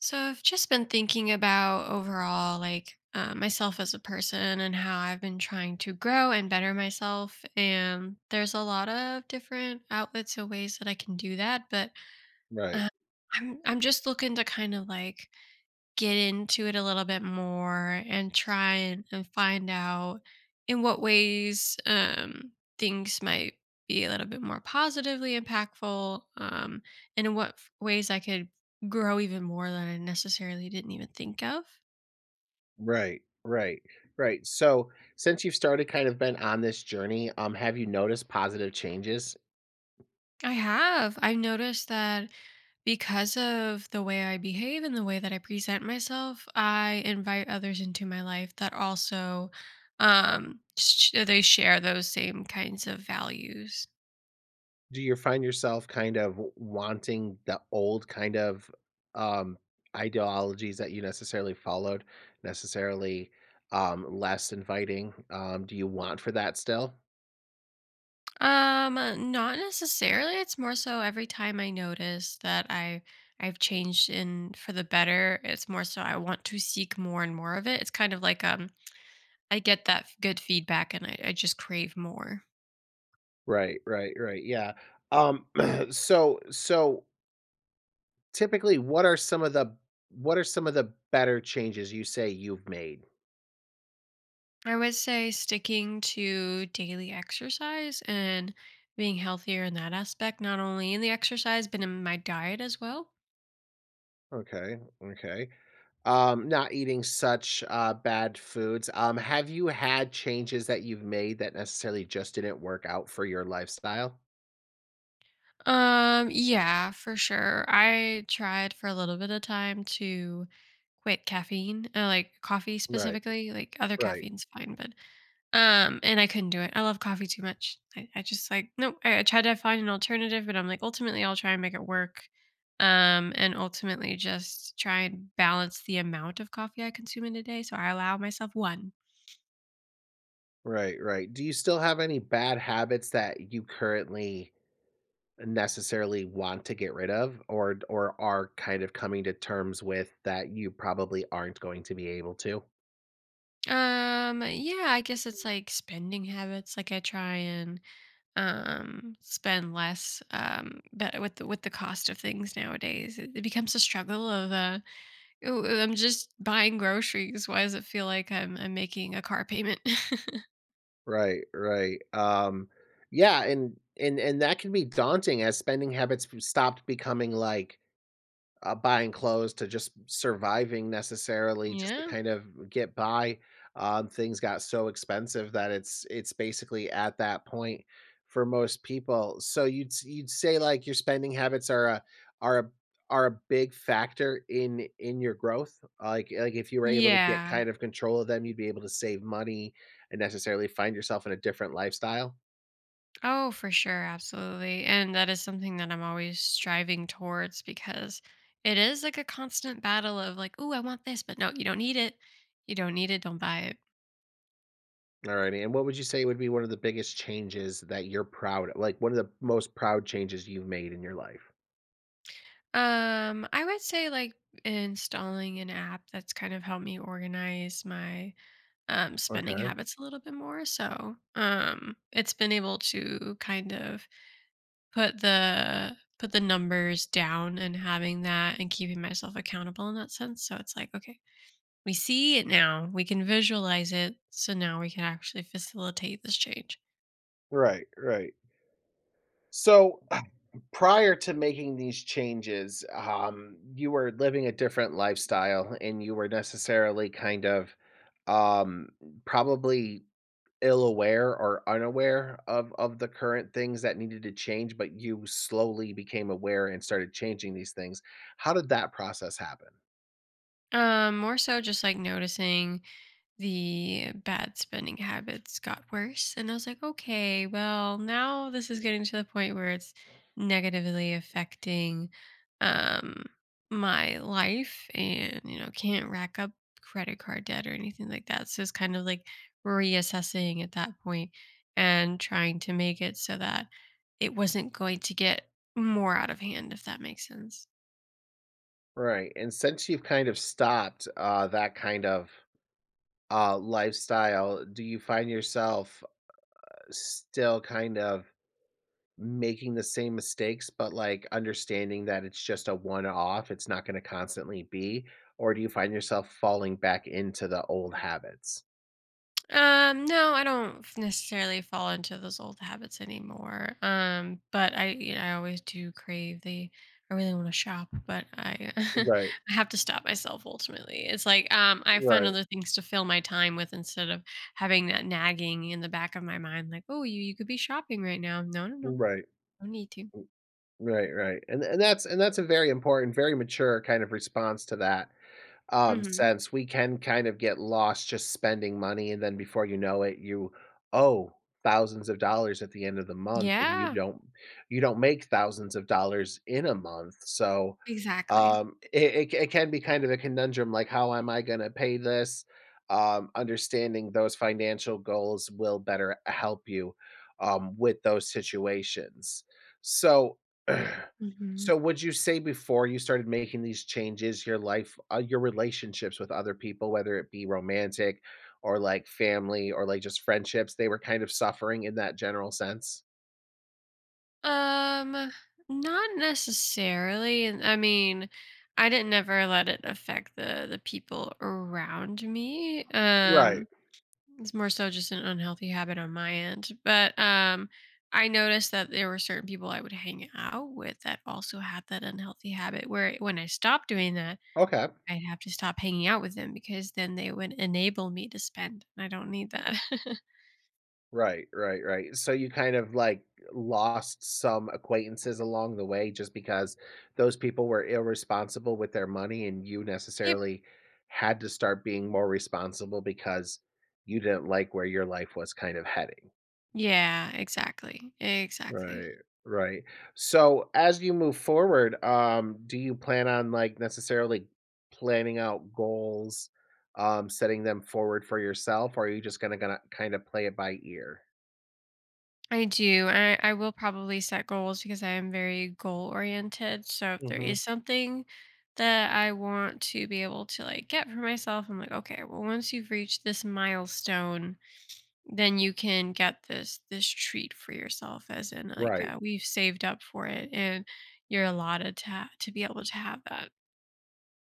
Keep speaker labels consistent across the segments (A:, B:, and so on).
A: So I've just been thinking about overall, like myself as a person and how I've been trying to grow and better myself. And there's a lot of different outlets and ways that I can do that. But
B: Right,
A: uh, I'm I'm just looking to kind of like get into it a little bit more and try and find out in what ways things might be a little bit more positively impactful and in what ways I could grow even more than I necessarily didn't even think of.
B: right, right, right. So, since you've started kind of been on this journey, have you noticed positive changes?
A: I have. I've noticed that because of the way I behave and the way that I present myself, I invite others into my life that also they share those same kinds of values.
B: Do you find yourself kind of wanting the old kind of um, ideologies that you necessarily followed, necessarily less inviting? Do you want for that still?
A: Not necessarily. It's more so every time I notice that I've changed in for the better, it's more so I want to seek more and more of it. It's kind of like I get that good feedback and I just crave more.
B: Right, right, right. Yeah. Um so typically what are some of the what are some of the better changes you say you've made?
A: I would say sticking to daily exercise and being healthier in that aspect, not only in the exercise, but in my diet as well.
B: Okay, okay. Not eating such, bad foods. Have you had changes that you've made that necessarily just didn't work out for your lifestyle?
A: Yeah, for sure. I tried for a little bit of time to quit caffeine, like coffee
B: Right,
A: specifically. Like other
B: right,
A: caffeine's fine, but and I couldn't do it. I love coffee too much. I just like no. I tried to find an alternative, but I'm like ultimately I'll try and make it work. And ultimately just try and balance the amount of coffee I consume in a day. So I allow myself one.
B: right, right. Do you still have any bad habits that you currently necessarily want to get rid of or are kind of coming to terms with that you probably aren't going to be able to?
A: Yeah, I guess it's like spending habits. Like I try and spend less but with the cost of things nowadays, it becomes a struggle of "Ooh, I'm just buying groceries, why does it feel like I'm making a car payment?"
B: Right, right. Yeah, and that can be daunting as spending habits f stopped becoming, like, uh, buying clothes to just surviving necessarily just to
A: Yeah,
B: kind of get by. Things got so expensive that it's basically at that point for most people. So you'd s- you'd say like your spending habits are a are a big factor in your growth. Like if you were able to get
A: yeah,
B: kind of control of them, you'd be able to save money and necessarily find yourself in a different lifestyle.
A: oh for sure, absolutely, and that is something that I'm always striving towards, because it is like a constant battle of like, "Oh, I want this, but no, you don't need it, you don't need it, don't buy it."
B: Alrighty, and what would you say would be one of the biggest changes that you're proud of? Like, one of the most proud changes you've made in your life?
A: I would say like installing an app that's kind of helped me organize my spending
B: Okay.
A: habits a little bit more. So, it's been able to kind of put the numbers down and having that and keeping myself accountable in that sense. So it's like, okay, we see it now. We can visualize it. So now we can actually facilitate this change.
B: Right, right. So, prior to making these changes, you were living a different lifestyle and you were necessarily kind of um, probably ill aware or unaware of the current things that needed to change, but you slowly became aware and started changing these things. How did that process happen?
A: More so just like noticing the bad spending habits got worse. And I was like, okay, well, now this is getting to the point where it's negatively affecting um, my life and, you know, can't rack up credit card debt or anything like that. So it's kind of like reassessing at that point and trying to make it so that it wasn't going to get more out of hand, if that makes sense.
B: Right, and since you've kind of stopped, that kind of, lifestyle, do you find yourself still kind of making the same mistakes, but, like, understanding that it's just a one-off, it's not gonna constantly be? Or do you find yourself falling back into the old habits?
A: No, I don't necessarily fall into those old habits anymore. But I, you know, I always do crave the. I really want to shop, but I,
B: Right,
A: I have to stop myself. Ultimately, it's like I find
B: right,
A: other things to fill my time with instead of having that nagging in the back of my mind, like, oh, you could be shopping right now. No, no, no,
B: right,
A: no need to.
B: right, right, and that's and that's a very important, very mature kind of response to that. Um,
A: Hmm.
B: sense, we can kind of get lost just spending money, and then before you know it, you owe thousands of dollars at the end of the month, and
A: Yeah,
B: you don't make thousands of dollars in a month. So,
A: exactly.
B: it can be kind of a conundrum, like, "How am I gonna pay this?" Understanding those financial goals will better help you, with those situations. So
A: Hmm.
B: so would you say before you started making these changes, your life your relationships with other people, whether it be romantic or like family or like just friendships, they were kind of suffering in that general sense?
A: Um, Not necessarily. And I mean, I didn't never let it affect the people around me.
B: Right.
A: It's more so just an unhealthy habit on my end. But I noticed that there were certain people I would hang out with that also had that unhealthy habit. Where when I stopped doing that,
B: Okay.
A: I'd have to stop hanging out with them because then they would enable me to spend, and I don't need that.
B: Right, right, right. So you kind of like lost some acquaintances along the way just because those people were irresponsible with their money and you
A: Yep.
B: necessarily had to start being more responsible because you didn't like where your life was kind of heading.
A: Yeah. Exactly. Exactly.
B: Right, right. So as you move forward, do you plan on like necessarily planning out goals, setting them forward for yourself, or are you just gonna gonna kind of play it by ear?
A: I do. I will probably set goals because I am very goal oriented. So if there
B: Hmm.
A: is something that I want to be able to like get for myself, I'm like, okay, well once you've reached this milestone, then you can get this treat for yourself, as in like
B: Right.
A: we've saved up for it and you're allotted to to be able to have that.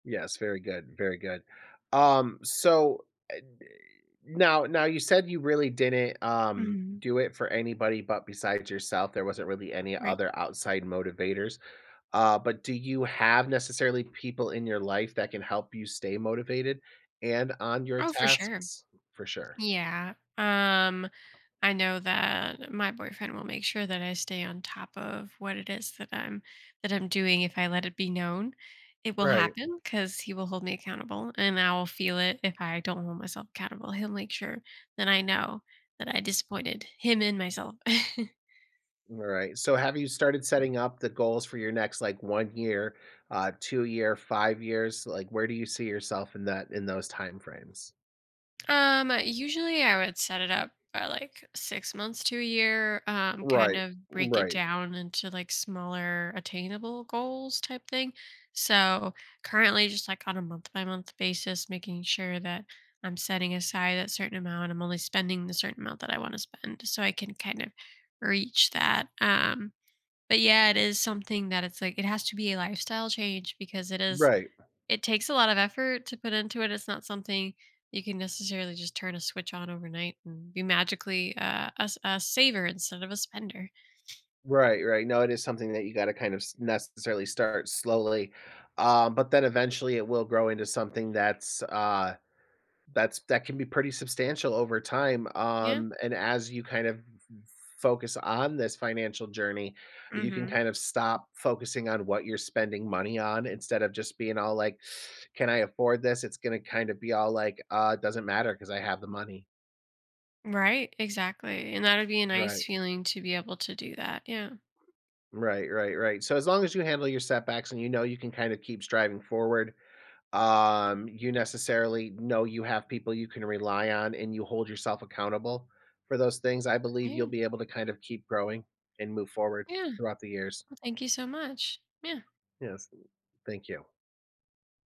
B: Yes, very good, very good. So uh, now you said you really didn't
A: Mhm.
B: do it for anybody but besides yourself. There wasn't really any
A: Right.
B: other outside motivators. But do you have necessarily people in your life that can help you stay motivated and on your
A: Oh, for sure.
B: tasks? For sure.
A: Yeah. I know that my boyfriend will make sure that I stay on top of what it is that I'm doing if I let it be known. It will
B: Right.
A: happen cuz he will hold me accountable and I will feel it if I don't hold myself accountable. He'll make sure that I know that I disappointed him and myself.
B: All right. So have you started setting up the goals for your next like 1 year, 2 year, 5 years? Like where do you see yourself in that in those time frames?
A: Usually I would set it up by like 6 months to a year, kind
B: Right.
A: of break it
B: Right.
A: down into like smaller attainable goals type thing. So currently just like on a month by month basis, making sure that I'm setting aside that certain amount. I'm only spending the certain amount that I want to spend so I can kind of reach that. But yeah, it is something that it's like it has to be a lifestyle change because it is
B: Right.
A: it takes a lot of effort to put into it. It's not something you can necessarily just turn a switch on overnight and be magically a saver instead of a spender.
B: Right, right. No, it is something that you gotta kind of s necessarily start slowly, but then eventually it will grow into something that's, uh, that's that can be pretty substantial over time,
A: Yeah.
B: and as you kind of focus on this financial journey, you can
A: Hmm.
B: kind of stop focusing on what you're spending money on instead of just being all like, "Can I afford this?" It's gonna kind of be all like, it doesn't matter because I have the money."
A: Right. Exactly. And that would be a
B: Right.
A: nice feeling to be able to do that. Yeah.
B: Right, right, right. So as long as you handle your setbacks and you know you can kind of keep striving forward, um, you necessarily know you have people you can rely on and you hold yourself accountable for those things, I believe you'll
A: Yeah.
B: be able to kind of keep growing and move forward
A: Yeah.
B: throughout the years.
A: Well, thank you so much. Yeah.
B: Yes. Thank you.